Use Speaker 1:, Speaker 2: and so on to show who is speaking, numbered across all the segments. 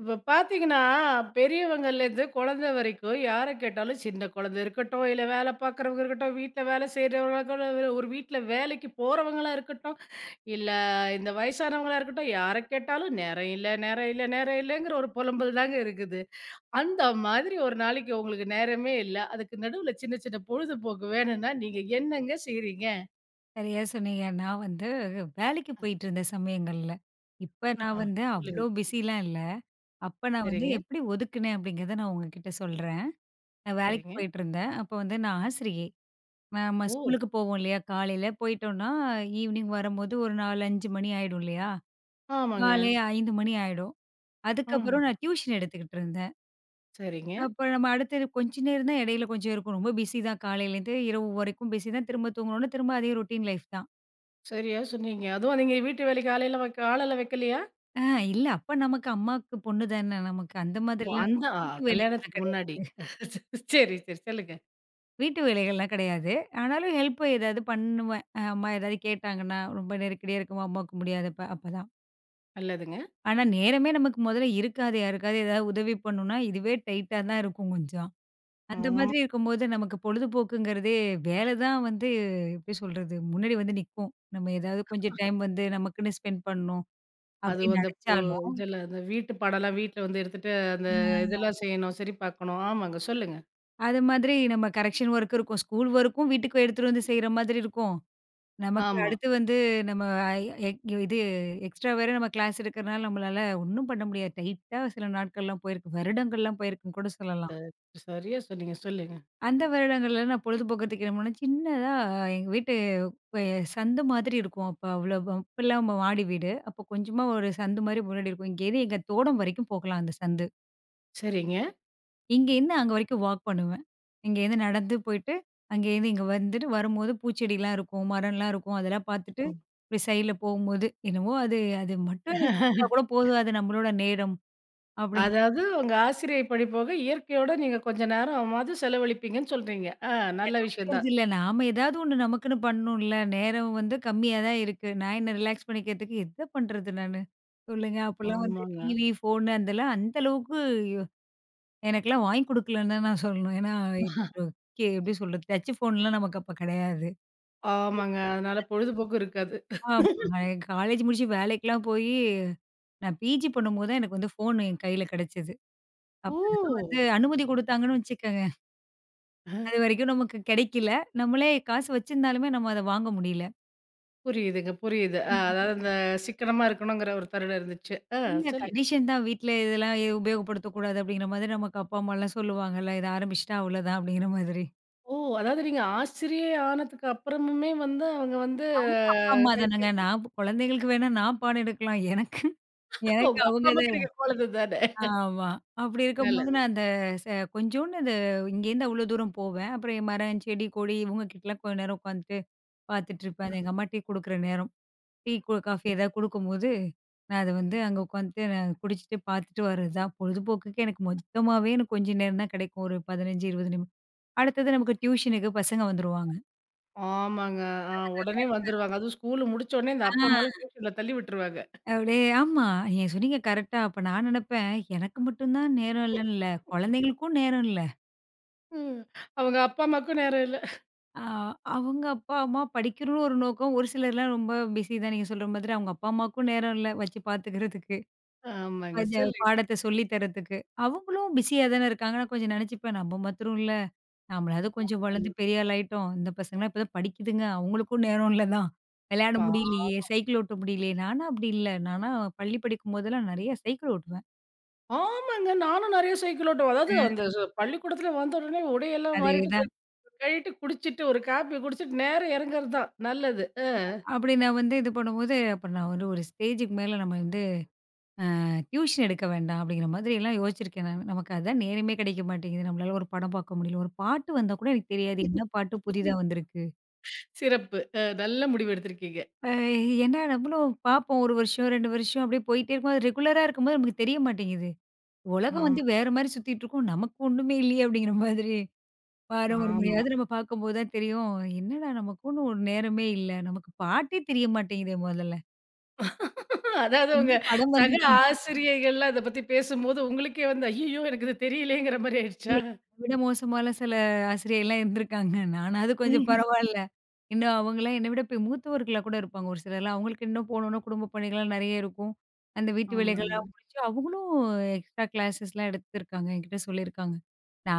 Speaker 1: இப்ப பார்த்தீங்கன்னா, பெரியவங்கலேருந்து குழந்தை வரைக்கும் யார கேட்டாலும் சின்ன குழந்தை இருக்கட்டும், இல்ல வேலை பார்க்குறவங்க இருக்கட்டும், வீட்ல வேலை செய்றவங்க ஒரு வீட்ல வேலைக்கு போறவங்களா இருக்கட்டும், இல்ல இந்த வயசானவங்களா இருக்கட்டும், யார கேட்டாலும் நேரம் இல்ல, நேரம் இல்ல, நேரம் இல்லங்கிற ஒரு புலம்பல் தாங்க இருக்குது. அந்த மாதிரி ஒரு நாளைக்கு உங்களுக்கு நேரமே இல்ல. அதுக்கு நடுவுல சின்ன சின்ன பொழுதுபோக்கு வேணும்னா, நீங்க என்னங்க செய்றீங்க?
Speaker 2: சரியா சொன்னீங்க. நான் வந்து வேலைக்கு போயிட்டுருந்த சமயங்கள்ல. இப்ப நான்
Speaker 1: ஆஹா.
Speaker 2: வந்து அவ்ளோ
Speaker 1: சொல்லுங்க.
Speaker 2: பிஸிலாம் இல்ல. அப்ப நான் வந்து
Speaker 1: சரிங்க,
Speaker 2: எப்படி ஒதுக்குனேன் அப்படிங்கிறத நான் உங்ககிட்ட சொல்றேன். நான் வேலைக்கு
Speaker 1: சரிங்க.
Speaker 2: போயிட்டுருந்தேன். அப்ப வந்து நான் ஆசிரியை. நம்ம
Speaker 1: ஓ!
Speaker 2: ஸ்கூலுக்கு போவோம் இல்லையா? காலையில போயிட்டோம்னா, ஈவினிங் வரும்போது ஒரு 4, 5 மணி ஆயிடும் இல்லையா?
Speaker 1: ஆமாங்க.
Speaker 2: மாலை 5 மணி ஆயிடும்.
Speaker 1: ஆ.
Speaker 2: அதுக்கப்புறம் நான் டியூஷன் எடுத்துக்கிட்டு இருந்தேன்.
Speaker 1: சரிங்க.
Speaker 2: அப்ப நம்ம அடுத்து கொஞ்ச நேரம் தான் இடையில கொஞ்சம் இருக்கும். ரொம்ப பிஸி தான் காலையிலேருந்து இரவு வரைக்கும் பிஸி தான். திரும்ப தூங்கணும்னா திரும்ப அதே ரொட்டீன் லைஃப் தான்.
Speaker 1: சரியா சொன்னீங்க. அதுவும் நீங்க வீட்டு வேலைக்கு ஆளையெல்லாம் வைக்க ஆளெல்லாம் வைக்கலையா?
Speaker 2: ஆ இல்ல. அப்ப நமக்கு அம்மாவுக்கு பொண்ணு தான. நமக்கு அந்த
Speaker 1: ஓ
Speaker 2: மாதிரிலாம்
Speaker 1: அந்த
Speaker 2: நமக்கு
Speaker 1: ஆ
Speaker 2: வீட்டு வேலைகள்லாம்
Speaker 1: கல்யாணத்துக்கு
Speaker 2: கிடையாது.
Speaker 1: முன்னாடி. சரி, சரி. சொல்லுங்க.
Speaker 2: வீட்டு வேலைகள்லாம் கிடையாது. ஆனாலும் ஹெல்ப் ஏதாவது பண்ணுவேன். அம்மா ஏதாவது கேட்டாங்கன்னா, ரொம்ப நெருக்கடியா இருக்கும்போது அம்மாவுக்கு முடியாதப்ப அப்பதான்.
Speaker 1: நல்லதுங்க.
Speaker 2: ஆனா நேரமே நமக்கு முதல்ல இருக்காது. யாருக்காவது ஏதாவது உதவி பண்ணணும்னா, இதுவே டைட்டா தான் இருக்கும் கொஞ்சம். அந்த
Speaker 1: ஆம்.
Speaker 2: மாதிரி இருக்கும்போது நமக்கு பொழுதுபோக்குங்கிறதே வேலை தான் வந்து எப்படி சொல்றது? முன்னாடி வந்து நிக்கும். நம்ம ஏதாவது கொஞ்சம் டைம் வந்து நமக்குன்னு ஸ்பெண்ட் பண்ணணும்
Speaker 1: அது
Speaker 2: அப்படின்னு
Speaker 1: அந்த பு
Speaker 2: நினைச்சாலும்,
Speaker 1: இதெல்லாம் அந்த வீட்டு பாடம்லாம் வீட்ல வந்து எடுத்துட்டு அந்த
Speaker 2: அ
Speaker 1: இதெல்லாம் செய்யணும், சரி பார்க்கணும். ஆமாங்க. சொல்லுங்க.
Speaker 2: அது மாதிரி நம்ம கரெக்ஷன் ஒர்க் இருக்கும். ஸ்கூல் ஒர்க்கும் வீட்டுக்கு எடுத்துட்டு வந்து செய்ற மாதிரி இருக்கும். நமக்கு
Speaker 1: ஆமா.
Speaker 2: அடுத்து வந்து நம்ம எ இது எக்ஸ்ட்ரா வேற நம்ம கிளாஸ் எடுக்கிறனால நம்மளால ஒண்ணும் பண்ண முடியாது. டைட்டா சில நாட்கள்லாம் போயிருக்கு. வருடங்கள்லாம் போயிருக்குன்னு கூட சொல்லலாம்.
Speaker 1: சரியா சொன்னீங்க. சொல்லுங்க.
Speaker 2: அந்த வருடங்கள்ல நான் பொழுதுபோக்கத்துக்கு என்ன பண்ணேன், சின்னதா எங்க வீட்டு அ சந்து மாதிரி இருக்கும். அப்ப அவ்வளோ அப்பல்லாம் மாடி வீடு. அப்ப கொஞ்சமா ஒரு சந்து மாரி முன்னாடி இருக்கும். இங்கேருந்து எங்க தோடம் வரைக்கும் போகலாம் அந்த சந்து.
Speaker 1: சரிங்க.
Speaker 2: இங்கேருந்து அங்க வரைக்கும் வாக் பண்ணுவேன். இங்கேருந்து நடந்து போயிட்டு, அங்கேருந்து இங்க வந்துட்டு வரும்போது பூச்செடிலாம் இருக்கும், மரம்லாம் இருக்கும். அதெல்லாம் பார்த்துட்டு,
Speaker 1: ஓ.
Speaker 2: இப்டி சைட்ல போகும்போது, என்னவோ அது அது மட்டும் எனக்கு செஞ்சுட்டா கூட போதும். அது நம்மளோட நேரம் அப்டின்னு
Speaker 1: அதாவது உங்க ஆசிரியை படி போக இயற்கையோட நீங்க கொஞ்ச நேரமாவது செலவழிப்பீங்கன்னு சொல்றீங்க. ஆ நல்ல விஷயம்
Speaker 2: செலவழிக்கிறது
Speaker 1: தான்.
Speaker 2: இல்ல. நாம ஏதாவது ஒண்ணு நமக்குன்னு பண்ணணும்ல. நேரம் வந்து கம்மியா தான் இருக்கு. நான் என்ன ரிலாக்ஸ் பண்ணிக்கிறதுக்கு எத பண்றது நானு? சொல்லுங்க. அப்பலாம் வந்து
Speaker 1: ஆமாங்க.
Speaker 2: டிவி, ஃபோனு அதெல்லாம் அந்த அளவுக்கு ஐயோ, எனக்கெல்லாம் வாங்கி குடுக்கலன்னு தான் நான் சொல்லணும். ஏன்னா, ஒரு எப்டி சொல்றது? டச்சு ஃபோன்லாம் நமக்கு அப்ப கெடையாது.
Speaker 1: ஆமாங்க. அதனால பொழுதுபோக்கு இருக்காது.
Speaker 2: ஆமா. காலேஜ் முடிச்சு வேலைக்கெல்லாம் போயி, நான் பிஜி பண்ணும்போது தான் எனக்கு வந்து ஃபோன் என் கையில கிடைச்சது. அப்பதான்
Speaker 1: ஓ!
Speaker 2: வந்து அனுமதி குடுத்தாங்கன்னு வச்சுக்கங்க. அதுவரைக்கும் நமக்கு கிடைக்கல. நம்மளே காசு வச்சிருந்தாலுமே நம்ம அத வாங்க முடியல.
Speaker 1: புரியுதுங்க, புரியுது.
Speaker 2: ம்.
Speaker 1: அதாவது அந்த சிக்கனமா இருக்கணுங்கிற ஒரு தருணம் இருந்துச்சு. ஆ
Speaker 2: இல்ல
Speaker 1: சொல்லுங்க.
Speaker 2: கண்டிஷன் தான் வீட்ல இதெல்லாம் உபயோகப்படுத்தக்கூடாது அப்படிங்கிற மாதிரி நமக்கு அப்பா, அம்மாலாம் சொல்லுவாங்கல்ல. இத ஆரம்பிச்சுட்டா அவ்வளோதான் அப்படிங்கிற மாதிரி.
Speaker 1: ஓ! அதாவது நீங்க ஆசிரியை ஆனதுக்கு அப்புறமுமே வந்து அவங்க வந்து
Speaker 2: அவங்க அப்பா, அம்மா தானங்க.
Speaker 1: கைபேசி
Speaker 2: நான் குழந்தைங்களுக்கு வேணா நான் பாடம் எடுக்கலாம். எனக்கு எனக்கு
Speaker 1: உங்க அப்பா,
Speaker 2: அவங்க
Speaker 1: அம்மாக்கு நீங்க குழந்தை தானே!
Speaker 2: ஆமா. அப்படி இருக்கும்போது
Speaker 1: நல்லது.
Speaker 2: நான் அந்த ச கொஞ்சோண்டு அந்த இங்கேருந்து அவ்வளோ தூரம் போவேன். அப்புறம் என் மரம், செடி, கொடி இவங்க கிட்டலாம் கொஞ்ச நேரம் உட்காந்துட்டு பார்த்துட்டுருப்பேன். அது எங்க அம்மா டீ குடுக்குற நேரம். டீ கு காஃபி ஏதாவது குடுக்கும்போது, நான் அத வந்து அங்க உட்காந்துட்டு நான் குடிச்சிட்டு பார்த்துட்டு வர்றது தான். பொழுதுபோக்குக்கு எனக்கு மொத்தமாவே எனக்கு கொஞ்ச நேரம் தான் கிடைக்கும். ஒரு 15, 20 நிமிடம். அடுத்தது நமக்கு டியூஷனுக்கு பசங்க வந்துருவாங்க.
Speaker 1: ஆமாங்க. ஆ உடனே வந்துருவாங்க. அதுவும் ஸ்கூல் முடிச்ச உடனே இந்த அப்பா,
Speaker 2: அதனால
Speaker 1: அம்மாலாம் டியூஷன்ல தள்ளி விட்டுருவாங்க.
Speaker 2: அப்படியே ஆமா. நீங்க சொன்னீங்க கரெக்ட்டா. அப்ப நான் நெனப்பேன், எனக்கு மட்டும் தான் நேரம் இல்லன்ல. குழந்தைகளுக்கும் நேரம் இல்ல.
Speaker 1: ம். அவங்க அப்பா, அம்மாக்கும் நேரம் இல்ல.
Speaker 2: ஆ, அவங்க அப்பா, அம்மா படிக்கணும்னு ஒரு நோக்கம். ஒரு சிலர்லாம் ரொம்ப பிஸி தான் நீங்க சொல்ற மாதிரி. அவங்க அப்பா, அம்மாவுக்கும் நேரம் இல்ல வச்சு பாத்துக்கிறதுக்கு.
Speaker 1: ஆமாங்க.
Speaker 2: அத
Speaker 1: சொல்லுங்க.
Speaker 2: பாடத்த சொல்லி தர்றதுக்கு. அவங்களும் பிஸியா தானே இருக்காங்க. நான் கொஞ்சம் நினைச்சுப்பேன், நம்ம மாத்திரம் இல்ல. நம்மளாவது கொஞ்சம் வளர்ந்து பெரிய ஆள் ஆயிட்டோம். இந்த பசங்கலாம் இப்பதான் படிக்குதுங்க. அவங்களுக்கும் நேரம் இல்ல தான். விளையாட
Speaker 1: பா
Speaker 2: முடியலையே, சைக்கிள் ஓட்ட முடியலையே. நானா அப்படி இல்ல. நானா பள்ளி படிக்கும்போதெல்லாம் நெறைய சைக்கிள் ஓட்டுவேன்.
Speaker 1: ஆமாங்க. நானும் நெறைய சைக்கிள் ஓட்டுவேன். அதாவது அந்த பள்ளிக்கூடத்துல வந்த உடனே உடையெல்லாம் மாறிட்டு,
Speaker 2: அதேதான்.
Speaker 1: கழட்டிட்டு, குடிச்சிட்டு ஒரு காப்பி குடிச்சிட்டு நேரா இறங்குறது தான் நல்லது.
Speaker 2: அப்படி நான் வந்து இது பண்ணும்போது, அப்ப நான் வந்து ஒரு ஸ்டேஜுக்கு மேல நம்ம வந்து டியூஷன் எடுக்க வேண்டாம் அப்படிங்கிற மாதிரி எல்லாம் யோசிச்சிருக்கேன் நானு. நமக்கு அதான் நேரமே கிடைக்க மாட்டேங்குது. நம்மளால ஒரு படம் பார்க்க முடியல. ஒரு பாட்டு வந்தா கூட எனக்கு தெரியாது. என்ன பாட்டு புதிதா வந்திருக்கு.
Speaker 1: சிறப்பு. அ நல்ல முடிவு எடுத்திருக்கீங்க.
Speaker 2: அ ஏன்னா நம்மளும் பார்ப்போம் 1 வருஷம், 2 வருஷம் அப்படியே போயிட்டே இருக்கும். அது ரெகுலரா இருக்கும்போது நமக்கு தெரிய மாட்டேங்குது. உலகம்
Speaker 1: ஆமா,
Speaker 2: வந்து வேற மாரி சுத்திட்டு இருக்கும். நமக்கு ஒண்ணுமே இல்லையே அப்படிங்கிற மாதிரி. வாரம் ஒரு
Speaker 1: ஆமா.
Speaker 2: முறையாவது நம்ம பார்க்கும்போது தான் தெரியும். என்னடா நமக்குன்னு ஒரு நேரமே இல்ல. நமக்கு பாட்டே தெரிய மாட்டேங்குதே முதல்ல.
Speaker 1: அதாவது
Speaker 2: என்ன
Speaker 1: உங்க
Speaker 2: படம்
Speaker 1: சக
Speaker 2: வந்திருக்கு.
Speaker 1: ஆசிரியைகள்லாம் இத பத்தி பேசும்போது, உங்களுக்கே வந்து ஐய்யயோ! எனக்கு இது தெரியலயேங்கிற மாரி
Speaker 2: இல்ல
Speaker 1: ஆயிடுச்சா?
Speaker 2: இத விட மோசமான சில ஆசிரியைலாம் இருந்திருக்காங்க. நானாவது கொஞ்சம்
Speaker 1: ம்.
Speaker 2: பரவால்ல. இன்னும் அவங்கலாம் என்ன விட இப்ப மூத்தவர்களா கூட இருப்பாங்க ஒரு சிலர்லாம். அவங்களுக்கு இன்னும் போனோம்னா குடும்ப பணிகள்லாம் நெறைய இருக்கும். அந்த வீட்டு
Speaker 1: ஆமாங்க.
Speaker 2: வேலைகள்லாம் முடிச்சு, அவங்களும் எக்ஸ்ட்ரா கிளாஸஸ்லாம் எடுத்திருக்காங்க. என்கிட்ட சொல்லியிருக்காங்க.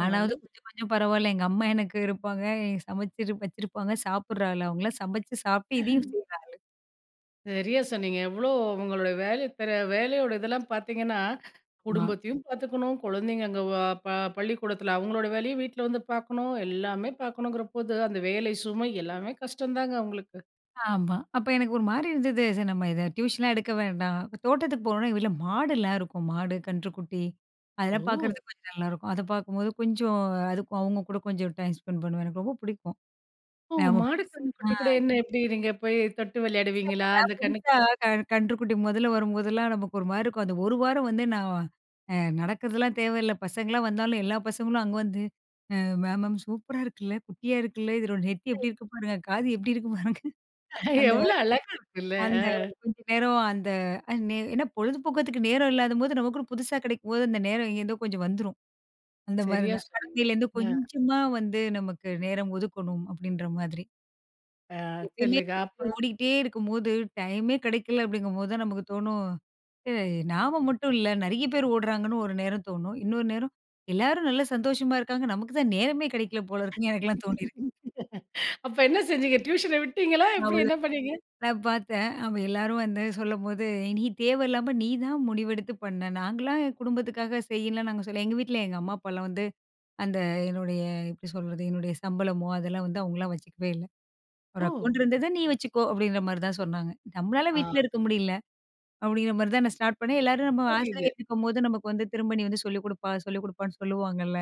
Speaker 1: ஓ நல்ல விஷயம்.
Speaker 2: கொஞ்சம் கொஞ்சம் பரவாயில்ல. எங்க அம்மா எனக்கு இருப்பாங்க. எனக்கு சமைச்சு வச்சிருப்பாங்க. சாப்பிடுறாள். அவங்கலாம் சமைச்சு சாப்பிட்டு இதையும் செய்றா.
Speaker 1: சரியா சொன்னீங்க. எவ்ளோ உங்களுடைய வேலை பெற வேலையோட இதெல்லாம் பார்த்தீங்கன்னா,
Speaker 2: ஆமா,
Speaker 1: குடும்பத்தையும் பார்த்துக்கணும், குழந்தைங்க அங்க வ ப பள்ளிக்கூடத்தில அவங்களோட வேலையும் வீட்ல வந்து பார்க்கணும், எல்லாமே பார்க்கணுங்கிற போது, அந்த வேலை சுமை எல்லாமே கஷ்டம் தாங்க உங்களுக்கு.
Speaker 2: ஆமா. அப்ப எனக்கு ஒரு மாரி இருந்தது. சரி நம்ம இத டியூஷன்லாம் எடுக்க வேண்டாம். இப்ப தோட்டத்துக்கு போனோம்னா எங்க வீட்ல மாடுலாம் இருக்கும். மாடு, கன்றுக்குட்டி அதெல்லாம்
Speaker 1: ஓ!
Speaker 2: பார்க்கறதுக்கு கொஞ்சம் நல்லாருக்கும். அத பார்க்கும்போது கொஞ்சம் அதுக்கும் அவங்க கூட கொஞ்சம் டைம் ஸ்பெண்ட் பண்ணுவேன். எனக்கு ரொம்ப பிடிக்கும்.
Speaker 1: ஓ!
Speaker 2: ஆமா.
Speaker 1: மாடு
Speaker 2: பெருசா
Speaker 1: கன்னுக்குட்டி கூட என்ன எப்படி நீங்க போய் தொட்டு விளையாடுவீங்களா?
Speaker 2: புதுசா
Speaker 1: அந்த கண்ணு
Speaker 2: புதுசா க கன்றுக்குட்டி முதல்ல வரும்போதெல்லாம் நமக்கு ஒரு மாரி இருக்கும். அந்த ஒரு வாரம் வந்து நான் அ நடக்கிறதெல்லாம் தேவையில்ல. பசங்கலாம் வந்தாலும் எல்லா பசங்களும் அங்க வந்து, அ மேம் மேம் சூப்பரா இருக்குல்ல, குட்டியா இருக்குல்ல, இதோட நெத்தி எப்படி இருக்கு பாருங்க, காது எப்படி இருக்கு பாருங்க. அந்த
Speaker 1: எவ்வளோ அழகா இருக்குல்ல.
Speaker 2: அந்த ஒரு கொஞ்ச நேரம் அந்த அ நே ஏன்னா பொழுதுபோக்கத்துக்கு நேரம் இல்லாதபோது நமக்குன்னு புதுசா கிடைக்கும்போது அந்த நேரம் எங்கேருந்தோ கொஞ்சம் வந்துரும். அந்த மாரி
Speaker 1: சரியா
Speaker 2: தான்.
Speaker 1: சொன்னீங்க.
Speaker 2: குழந்தையிலேருந்து கொஞ்சமா வந்து நமக்கு நேரம் ஒதுக்கணும் அப்படின்ற மாதிரி.
Speaker 1: அ, ஆ
Speaker 2: எப்பயுமே
Speaker 1: சொல்லுங்க. அப்புறம்?
Speaker 2: ஓடிக்கிட்டே இருக்கும்போது, டைமே கிடைக்கல அப்படிங்கும்போது தான் நமக்கு தோணும், "ஏ நாம மட்டும் இல்ல, நெறைய பேர் ஓடுறாங்கன்னு" ஒரு நேரம் தோணும். இன்னொரு நேரம், "எல்லாரும் நல்லா சந்தோஷமா இருக்காங்க. நமக்கு தான் நேரமே கிடைக்கல போல இருக்குன்னு" எனக்கெல்லாம் தோணியிருக்கு.
Speaker 1: அப்ப என்ன செஞ்சீங்க? டியூஷன விட்டீங்களா? எப்படி
Speaker 2: அவ்வளோ
Speaker 1: என்ன பண்ணீங்க?
Speaker 2: நான் பார்த்தேன். அவ எல்லாரும் வந்து சொல்லும்போது, "நீ தேவையில்லாம நீ தான் முடிவெடுத்து பண்ண. நாங்கலாம் என் குடும்பத்துக்காக செய்யல" நாங்க சொல்ல எங்க வீட்ல எங்க அம்மா, அப்பாலாம் வந்து அந்த என்னுடைய எப்படி சொல்றது? என்னுடைய சம்பளமோ அதெல்லாம் வந்து அவங்கலாம் வச்சுக்கவே இல்ல. "ஒரு
Speaker 1: ஓ!
Speaker 2: அக்கவுண்ட் இருந்தத நீ வச்சுக்கோ" அப்படின்ற மாரி தான் சொன்னாங்க. நம்மளால
Speaker 1: ஆ
Speaker 2: வீட்ல இருக்க முடியல. அப்படிங்கிற மாரி தான் நான் ஸ்டார்ட் பண்ணேன். எல்லாரும் நம்ம
Speaker 1: புரியுது.
Speaker 2: ஆசிரியர் இருக்கும்போது நமக்கு வந்து திரும்ப நீ வந்து சொல்லிக் குடுப்பா, சொல்லிக் குடுப்பான்னு சொல்லுவாங்கல்ல.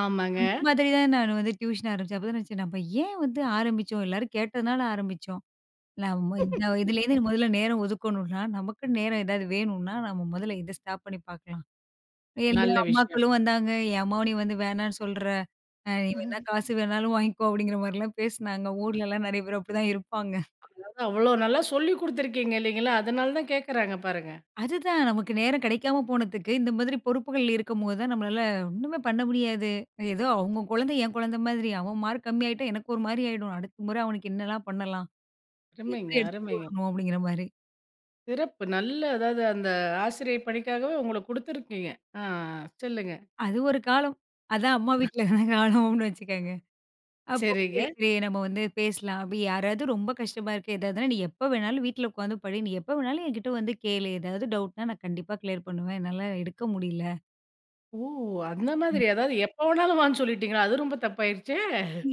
Speaker 1: ஆமாங்க.
Speaker 2: அந்த மாதிரி தான் நான் வந்து டியூஷன் ஆரம்பிச்சேன். அப்பதான் நினைச்சேன் நம்ம ஏன் வந்து ஆரம்பிச்சோம்? எல்லாரும் கேட்டதுனால ஆரம்பிச்சோம். நம்ம இந்த இதுலேருந்து முதல்ல நேரம் ஒதுக்கணும்னா, நமக்குன்னு நேரம் ஏதாவது வேணும்னா, நம்ம முதல்ல இத ஸ்டாப் பண்ணி பார்க்கலாம். எல்லா
Speaker 1: நல்ல விஷயம்.
Speaker 2: அம்மாக்களும் வந்தாங்க. என் அம்மாவ நீ வந்து வேணான்னு சொல்ற. நீ வேணா காசு வேணாலும் வாங்கிக்கோ அப்படிங்கிற மாரிலாம் பேசுனாங்க. ஊர்லலாம் நெறைய பேர் அப்படிதான் இருப்பாங்க.
Speaker 1: அதான் அவ்வளோ நல்லா சொல்லிக் குடுத்துருக்கீங்க இல்லைங்களா? அதனால தான் கேட்கறாங்க பாருங்க.
Speaker 2: அதுதான். நமக்கு நேரம் கிடைக்காம போனதுக்கு, இந்த மாதிரி பொறுப்புகள் இருக்கும்போது தான் நம்மளால ஒண்ணுமே பண்ண முடியாது. ஏதோ அவங்க குழந்தை என் குழந்தை மாதிரி. அவன் மார்க் கம்மியாயிட்டா எனக்கு ஒரு மாரி ஆயிடும். அடுத்த முறை அவனுக்கு என்னலாம் பண்ணலாம்? அது
Speaker 1: அருமைங்க,
Speaker 2: எப்படி எடுத்துட்டு
Speaker 1: அருமைங்க.
Speaker 2: வரணும்? அப்படிங்கிற மாரி.
Speaker 1: சிறப்பு. நல்ல அதாவது அந்த ஆசிரியை பணிக்காகவே உங்கள குடுத்துருக்கீங்க. ஆ சொல்லுங்க.
Speaker 2: அது ஒரு காலம். அதான் அம்மா வீட்ல இருந்த காலம்னு வச்சுக்கங்க. அப்போ வந்து
Speaker 1: சரிங்க.
Speaker 2: சரி நம்ம வந்து பேசலாம். அப்படி யாராவது ரொம்ப கஷ்டமா இருக்கு ஏதாவதுன்னா, "நீ எப்ப வேணாலும் வீட்ல உட்காந்து படி. நீ எப்ப வேணாலும் என்கிட்ட வந்து கேளு. ஏதாவது டவுட்னா நான் கண்டிப்பா கிளியர் பண்ணுவேன். என்னால எடுக்க முடியல."
Speaker 1: ஓ! அந்த மாதிரி. அதாவது எப்ப வேணாலும் வான்னு சொல்லிட்டீங்களா? அது ரொம்ப தப்பாயிருச்சே!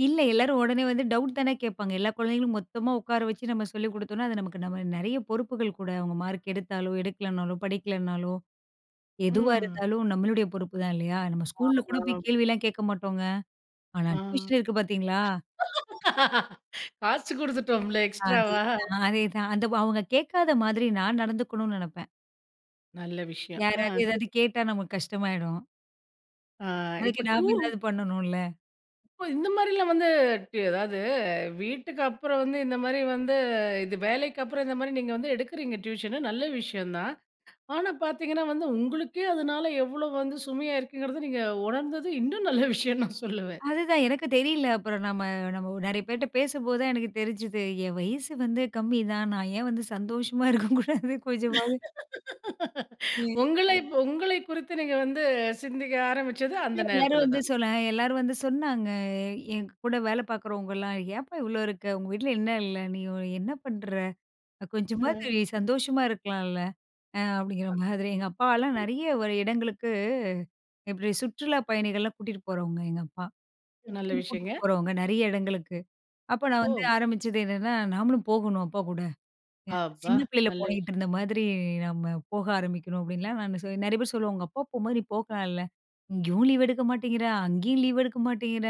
Speaker 2: இல்ல. எல்லாரும் உடனே வந்து டவுட் தானே கேட்பாங்க. எல்லா குழந்தைகளும் மொத்தமா உட்கார வச்சு நம்ம சொல்லிக் குடுத்தோம்னா, அது நமக்கு நம்ம நெறைய பொறுப்புகள் கூட. அவங்க மார்க் எடுத்தாலோ, எடுக்கலனாலோ, படிக்கலனாலோ, எதுவா
Speaker 1: ம்.
Speaker 2: இருந்தாலும் நம்மளுடைய பொறுப்பு தான் இல்லையா? நம்ம ஸ்கூல்ல கூட
Speaker 1: ஆமா.
Speaker 2: போய் கேள்விலாம் கேட்க மாட்டோங்க. ஆனா
Speaker 1: ஆ.
Speaker 2: டியூஷன் இருக்கு பார்த்தீங்களா?
Speaker 1: காசு குடுத்துட்டோம்ல எக்ஸ்ட்ராவா?
Speaker 2: அதேதான். அந்த அவங்க கேட்காத மாதிரி நான் நடந்துக்கணும்னு நெனப்பேன்.
Speaker 1: நல்ல விஷயம். ஆ
Speaker 2: யாராவது ஏதாவது
Speaker 1: சரி.
Speaker 2: கேட்டா நமக்கு கஷ்டமாயிடும்.
Speaker 1: ஆ
Speaker 2: அதுக்கு
Speaker 1: இப்ப
Speaker 2: நாம
Speaker 1: டூர்
Speaker 2: ஏதாவது பண்ணணும்ல.
Speaker 1: போ இந்த மாரிலாம் வந்து அதாவது வீட்டுக்கு அப்புறம் வந்து இந்த மாரி வந்து இது வேலைக்கு அப்புறம் இந்த மாரி நீங்க வந்து எடுக்குறீங்க டியூஷனு. நல்ல விஷயம் தான். ஆனா பார்த்தீங்கன்னா வந்து உங்களுக்கே அதனால எவ்வளோ வந்து சுமையா இருக்குங்கிறத நீங்க உணர்ந்தது இன்னும் நல்ல விஷயம் நான் சொல்லுவேன்.
Speaker 2: அதுதான் எனக்கு தெரியல. அப்புறம் நம்ம நம்ம நெறைய பேர்ட்ட பேசும்போது தான் எனக்கு தெரிஞ்சுது. என் வயசு வந்து கம்மி தான். நான் ஏன் வந்து சந்தோஷமா இருக்கக்கூடாது கொஞ்சமாவது? ம்.
Speaker 1: உங்களை உங்களை குறித்து நீங்க வந்து சிந்திக்க ஆரம்பிச்சது அந்த
Speaker 2: இல்ல எல்லாரும்
Speaker 1: நேரத்துல
Speaker 2: வந்து
Speaker 1: தான்.
Speaker 2: சொல்ல எல்லாரும் வந்து சொன்னாங்க. என் கூட வேலை பார்க்குறவங்கலாம், "ஏன்ப்பா இவ்ளோ இருக்க? உங்க வீட்ல என்ன இல்ல? நீ என்ன பண்ற?
Speaker 1: அ
Speaker 2: கொஞ்சமாவது நீ சந்தோஷமா இருக்கலாம்ல?" அப்படிங்கிற மாதிரி. எங்க அப்பாலாம் நெறைய ஒரு இடங்களுக்கு இப்படி சுற்றுலா பயணிகள்லாம் கூட்டிட்டு போறவங்க எங்க அப்பா.
Speaker 1: நல்ல
Speaker 2: கூட்டிட்டு
Speaker 1: விஷயங்க.
Speaker 2: போறவங்க நெறைய இடங்களுக்கு. அப்ப நான்
Speaker 1: ஓ!
Speaker 2: வந்து ஆரம்பிச்சது என்னன்னா, "நாமளும் போகணும் அப்பா கூட."
Speaker 1: அப்பா!
Speaker 2: சின்ன பிள்ளையில
Speaker 1: நல்ல
Speaker 2: போனிக்கிட்டு
Speaker 1: விஷயம்.
Speaker 2: இருந்த மாதிரி நம்ம போக ஆரம்பிக்கணும் அப்படின்லாம் நான் சொ நெறைய பேர் சொல்லுவாங்க. உங்க அப்பா போம்போது நீ போகலாம்ல. இங்கேயும் லீவ் எடுக்க மாட்டேங்கிற, அங்கேயும் லீவ் எடுக்க மாட்டேங்கிற.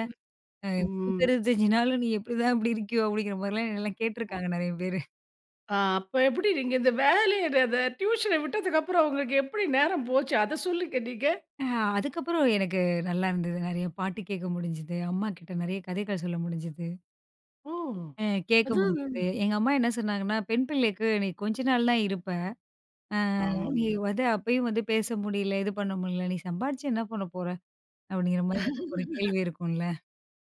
Speaker 1: ம்.
Speaker 2: 165 நாளும் நீ எப்படிதான் இப்படி இருக்கியோ? அப்படிங்கிற மாரிலாம் என்னலாம் கேட்டுருக்காங்க நெறைய பேரு.
Speaker 1: ஆ, அப்ப எப்படி நீங்க இந்த வேலைய அத டியூஷன விட்டதுக்கப்புறம் உங்களுக்கு எப்படி நேரம் போச்சு? அத சொல்லுங்க நீங்க.
Speaker 2: அ அதுக்கப்புறம் எனக்கு நல்லா இருந்தது. நெறைய பாட்டு கேட்க முடிஞ்சது. அம்மா கிட்ட நெறைய கதைகள் சொல்ல முடிஞ்சது.
Speaker 1: ஓ!
Speaker 2: அ கேட்க
Speaker 1: அதுவும்
Speaker 2: முடிஞ்சது. எங்க அம்மா என்ன சொன்னாங்கன்னா, பெண் பிள்ளைக்கு நீ கொஞ்ச நாள் தான் இருப்ப. அ நீ
Speaker 1: ஆமாங்க.
Speaker 2: வந்து அப்பயும் வந்து பேச முடியல, இது பண்ண முடியல. நீ சம்பாரிச்சு என்ன பண்ண போற? அப்படிங்கிற மாரி நமக்கு ஒரு கேள்வி இருக்கும்ல.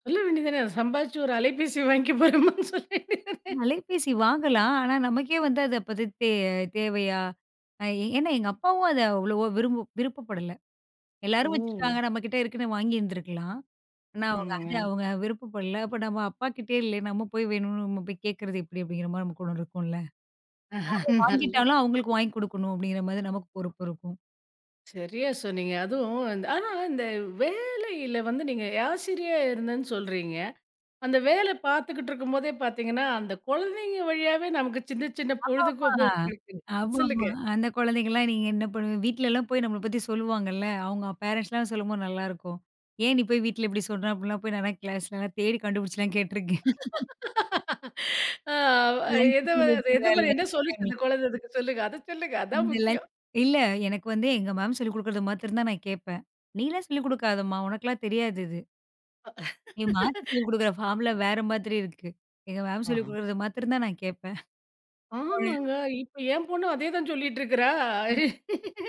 Speaker 1: சொல்ல வேண்டியது தானே, சம்பாரிச்சு ஒரு அலைபேசி வாங்கிக்க போறேம்மான்னு சொல்ல வேண்டியது தானே.
Speaker 2: அலைபேசி வாங்கலாம். ஆனா, நமக்கே வந்து அது அப்பது தே தேவையா? அ ஏன்னா எங்க அப்பாவும் அத அவ்வளவா விருப்பப்படல. எல்லாரும்
Speaker 1: ஓ!
Speaker 2: வச்சிருக்காங்க நம்மகிட்ட இருக்குன்னு வாங்கியிருந்திருக்கலாம். ஆனா, அவங்க
Speaker 1: ஆமாங்க.
Speaker 2: அது அவங்க விருப்பப்படல. அப்ப நம்ம அப்பா கிட்டயே இல்ல. நம்ம போய் வேணும்னு நம்ம போய் கேட்கறது எப்படி? அப்படிங்கிற மாரி நமக்கு ஒண்ணு இருக்கும்ல.
Speaker 1: நல்ல
Speaker 2: வாங்கிட்டாலும் அவங்களுக்கு வாங்கி குடுக்கணும் அப்படிங்கிற மாரி நமக்கு பொறுப்பு இருக்கும்.
Speaker 1: சரியா சொன்னீங்க. அதுவும் இந்த ஆனா இந்த வேலையில வந்து நீங்க ஆசிரியா இருந்தேன்னு சொல்றீங்க. அந்த வேல பார்த்துக்கிட்டு இருக்கும்போதே பார்த்தீங்கன்னா, அந்த குழந்தைங்க வழியாவே நமக்கு சின்ன சின்ன
Speaker 2: ஆமாமா.
Speaker 1: பொழுதுபோக்கு கிடைக்குது.
Speaker 2: ஆமாமா.
Speaker 1: சொல்லுங்க.
Speaker 2: அந்த குழந்தைங்கலாம் நீங்க என்ன பண்ணுவீங்க? வீட்லலாம் போய் நம்மள பத்தி சொல்லுவாங்கல்ல. அவங்க பேரண்ட்ஸ்லாம் சொல்லும்போது நல்லாயிருக்கும். "ஏன் நீ போய் வீட்ல இப்படி சொல்ற?" அப்படிலாம் போய் நான்லாம் கிளாஸ்லலாம் தேடி கண்டுபிடிச்சுலாம் கேட்டுருக்கேன்.
Speaker 1: ஆ
Speaker 2: லஞ்ச்
Speaker 1: அது
Speaker 2: பீரியட்ஸ்ல,
Speaker 1: எந்த மாரி என்ன
Speaker 2: லஞ்ச்
Speaker 1: சொல்லுச்சு
Speaker 2: டைம்ல.
Speaker 1: அந்த குழந்தை அதுக்கு சொல்லுங்க. அத சொல்லுங்க. அதான்
Speaker 2: அந்த லஞ்ச்
Speaker 1: முக்கியம்.
Speaker 2: இல்ல எனக்கு வந்து எங்க மேம் சொல்லிக் குடுக்குறது மாத்திரம் தான் நான் கேட்பேன். "நீலாம் சொல்லிக் குடுக்காதம்மா, உனக்கெல்லாம் தெரியாது இது. நீ மாத்தி சொல்லிக் குடுக்குற ஃபார்முலா வேற மாதிரி இருக்கு." எங்க மேம் சொல்லிக்
Speaker 1: ஆ.
Speaker 2: குடுக்குறது மாத்திரம் தான் நான் கேட்பேன்.
Speaker 1: ஆமாங்க. இப்ப என் பொண்ணு அதே தான் சொல்லிட்டு இருக்கிறா.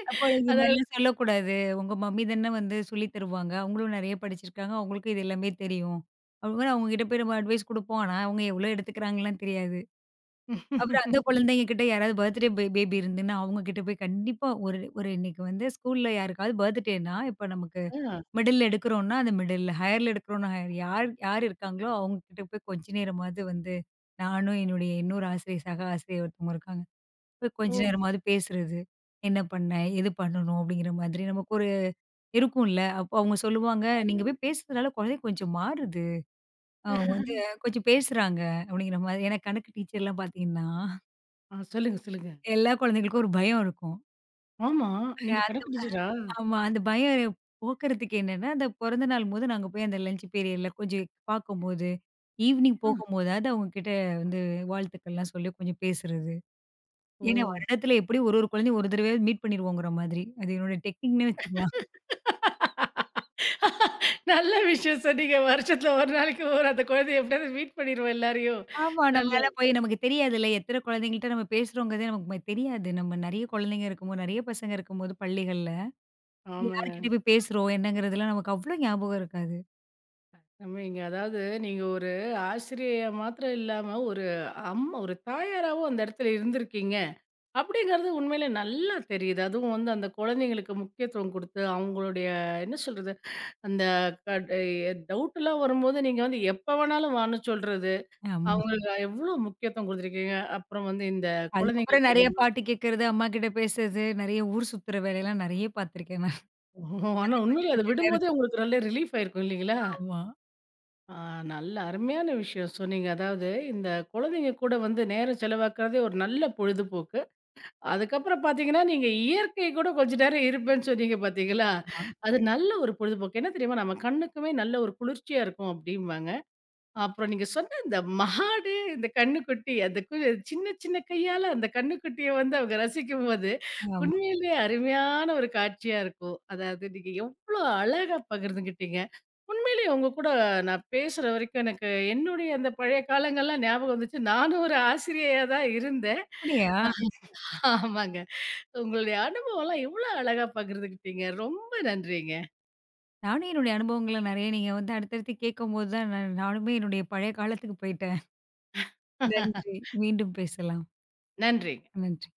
Speaker 2: அப்போ இது
Speaker 1: அதாவது
Speaker 2: மாதிரிலாம் சொல்லக்கூடாது. உங்க மம்மி தானே வந்து சொல்லி தருவாங்க. அவங்களும் நெறைய படிச்சிருக்காங்க. அவங்களுக்கும் இது எல்லாமே தெரியும். அப்டிங்கும்போது அவங்க கிட்ட போய் நம்ம அட்வைஸ் குடுப்போம். ஆனா, அவங்க எவ்வளோ எடுத்துக்கிறாங்கலாம் தெரியாது. அப்புறம் அந்த குழந்தைங்க கிட்ட யாராவது பர்த்டே பே பேபி இருந்துன்னா, அவங்க கிட்ட போய் கண்டிப்பா ஒரு ஒரு இன்னைக்கு வந்து ஸ்கூல்ல யாருக்காவது பர்த்டேன்னா, இப்ப நமக்கு
Speaker 1: ஆ.
Speaker 2: மிடில் எடுக்குறோம்னா, அந்த மிடில், ஹையர்ல எடுக்குறோம்னா ஹையர். யார் யார் இருக்காங்களோ அவங்க கிட்ட போய் கொஞ்ச நேரமாவது வந்து நானும் என்னுடைய இன்னொரு ஆசிரியர், சக ஆசிரியர் ஒருத்தவங்க இருக்காங்க. போய் கொஞ்ச
Speaker 1: ஓ!
Speaker 2: நேரமாவது பேசுறது. என்ன பண்ண? எது பண்ணணும்? அப்படிங்கிற மாதிரி நமக்கு ஒரு இருக்கும்ல. அப்போ அவங்க சொல்லுவாங்க, "நீங்க போய் பேசுறதுனால குழந்தை கொஞ்சம் மாறுது. அவங்க வந்து கொஞ்சம் பேசுறாங்க." அப்படிங்கிற மாதிரி ஏன்னா கணக்கு டீச்சர்லாம் பார்த்தீங்கன்னா,
Speaker 1: ஆ சொல்லுங்க, சொல்லுங்க.
Speaker 2: எல்லா குழந்தைகளுக்கும் ஒரு பயம் இருக்கும்.
Speaker 1: ஆமா. நீங்க
Speaker 2: அந்த
Speaker 1: கணக்கு டீச்சரா?
Speaker 2: ஆமா. அந்த பயம் போக்குறதுக்கு என்னன்னா, அந்த பொறந்த நாள் போது நாங்க போய் அந்த லஞ்ச் பீரியட்ல கொஞ்சம் பார்க்கும்போது, ஈவினிங்
Speaker 1: ஆ.
Speaker 2: போகும்போதாவது அவங்க கிட்ட வந்து வாழ்த்துக்கள்லாம் சொல்லி கொஞ்சம் பேசுறது.
Speaker 1: ஓ!
Speaker 2: ஏன்னா வருடத்துல எப்படியும் ஒரு ஒரு குழந்தையும் ஒரு தடவையாவது மீட் பண்ணிருவோங்கிற மாதிரி. அது என்னோட டெக்னிக்ன்னே வச்சுக்கலாம்.
Speaker 1: நல்ல விஷயம் சொன்னீங்க. வருஷத்துல ஒரு நாளைக்கு ஒரு அந்த குழந்தைய எப்படியாவது மீட் பண்ணிருவோம் எல்லாரையும்.
Speaker 2: ஆமா. நம்ம
Speaker 1: நல்ல
Speaker 2: மேல போய் நமக்கு தெரியாதுல்ல. எத்தன குழந்தைங்கள்ட்ட நம்ம பேசுறோங்கிறதே நமக்கு தெரியாது. நம்ம நெறைய குழந்தைங்க இருக்கும்போது, நெறைய பசங்க இருக்கும்போது பள்ளிகள்ல, நம்ம
Speaker 1: ஆமாங்க.
Speaker 2: யார்கிட்ட போய் பேசுறோம், என்னங்கிறதெல்லாம் நமக்கு அவ்ளோ ஞாபகம் இருக்காது.
Speaker 1: உண்மைங்க. அதாவது நீங்க ஒரு ஆசிரியையா மாத்திரம் இல்லாம, ஒரு அம்மா ஒரு தாயாராவும் அந்த இடத்துல இருந்திருக்கீங்க. அப்படிங்கிறது உண்மையிலே நல்லா தெரியுது. அதுவும் வந்து அந்த குழந்தைங்களுக்கு முக்கியத்துவம் குடுத்து, அவங்களுடைய என்ன சொல்றது? அந்த கட் எ டவுட்லாம் வரும்போது, நீங்க வந்து எப்ப வேணாலும் வான்னு சொல்றது.
Speaker 2: ஆமா.
Speaker 1: அவங்களுக்கு எவ்வளோ முக்கியத்துவம் குடுத்துருக்கீங்க. அப்புறம் வந்து இந்த
Speaker 2: அதுக்கப்புறம்
Speaker 1: குழந்தைங்களுக்கு
Speaker 2: நெறைய
Speaker 1: நீங்க-
Speaker 2: பாட்டு கேட்கறது, அம்மா கிட்ட பேசுறது, நெறைய ஊர் சுத்துற வேலையெல்லாம் நெறைய பார்த்துருக்கேன் நான்.
Speaker 1: ஆனா
Speaker 2: கொஞ்சம்
Speaker 1: உண்மையிலே அது
Speaker 2: கொஞ்ச நேரம்
Speaker 1: விடும்போதே உங்களுக்கு நல்ல ரிலீஃப் ஆயிருக்கும் இல்லைங்களா?
Speaker 2: ஆமா,
Speaker 1: ஆ நல்ல அருமையான விஷயம் சொன்னீங்க. அதாவது இந்த குழந்தைங்க கூட வந்து நேரம் செலவாக்குறதே ஒரு நல்ல பொழுதுபோக்கு. அதுக்கப்புறம் பார்த்தீங்கன்னா, நீங்க இயற்கை கூட கொஞ்ச நேரம் இருப்பேன்னு சொன்னீங்க பார்த்தீங்களா?
Speaker 2: ஆமா,
Speaker 1: அது நல்ல ஒரு பொழுதுபோக்கு. என்ன தெரியுமா? நம்ம கண்ணுக்குமே நல்ல ஒரு குளிர்ச்சியா இருக்கும் அப்டிம்பாங்க. அப்புறம் நீங்க சொன்ன இந்த மாடு, இந்த கன்னுக்குட்டி, அந்த கு சின்ன சின்ன கையால அந்த கன்னுக்குட்டிய வந்து அவங்க ரசிக்கும்போது,
Speaker 2: ஆமா.
Speaker 1: உண்மையிலேயே அருமையான ஒரு காட்சியா இருக்கும். அதாவது நீங்க எவ்ளோ அழகா பகிர்ந்துகிட்டீங்க. உண்மையிலேயே உங்க கூட நான் பேசுற வரைக்கும் எனக்கு என்னுடைய அந்த பழைய காலங்கள்லாம் ஞாபகம் வந்துச்சு. நானும் ஒரு ஆசிரியையா தான் இருந்தேன்.
Speaker 2: அப்படியா?
Speaker 1: ஆமாங்க. உங்களுடைய அனுபவம்லாம் எவ்வளோ அழகா பகிர்ந்துக்கிட்டீங்க. ரொம்ப நன்றிங்க.
Speaker 2: நானும் என்னுடைய அனுபவங்கள நெறைய நீங்க வந்து அடுத்தடுத்து கேட்கும்போது தான் நானுமே என்னுடைய பழைய காலத்துக்கு போயிட்டேன். நன்றி. மீண்டும் பேசலாம்.
Speaker 1: நன்றிங்க.
Speaker 2: நன்றி.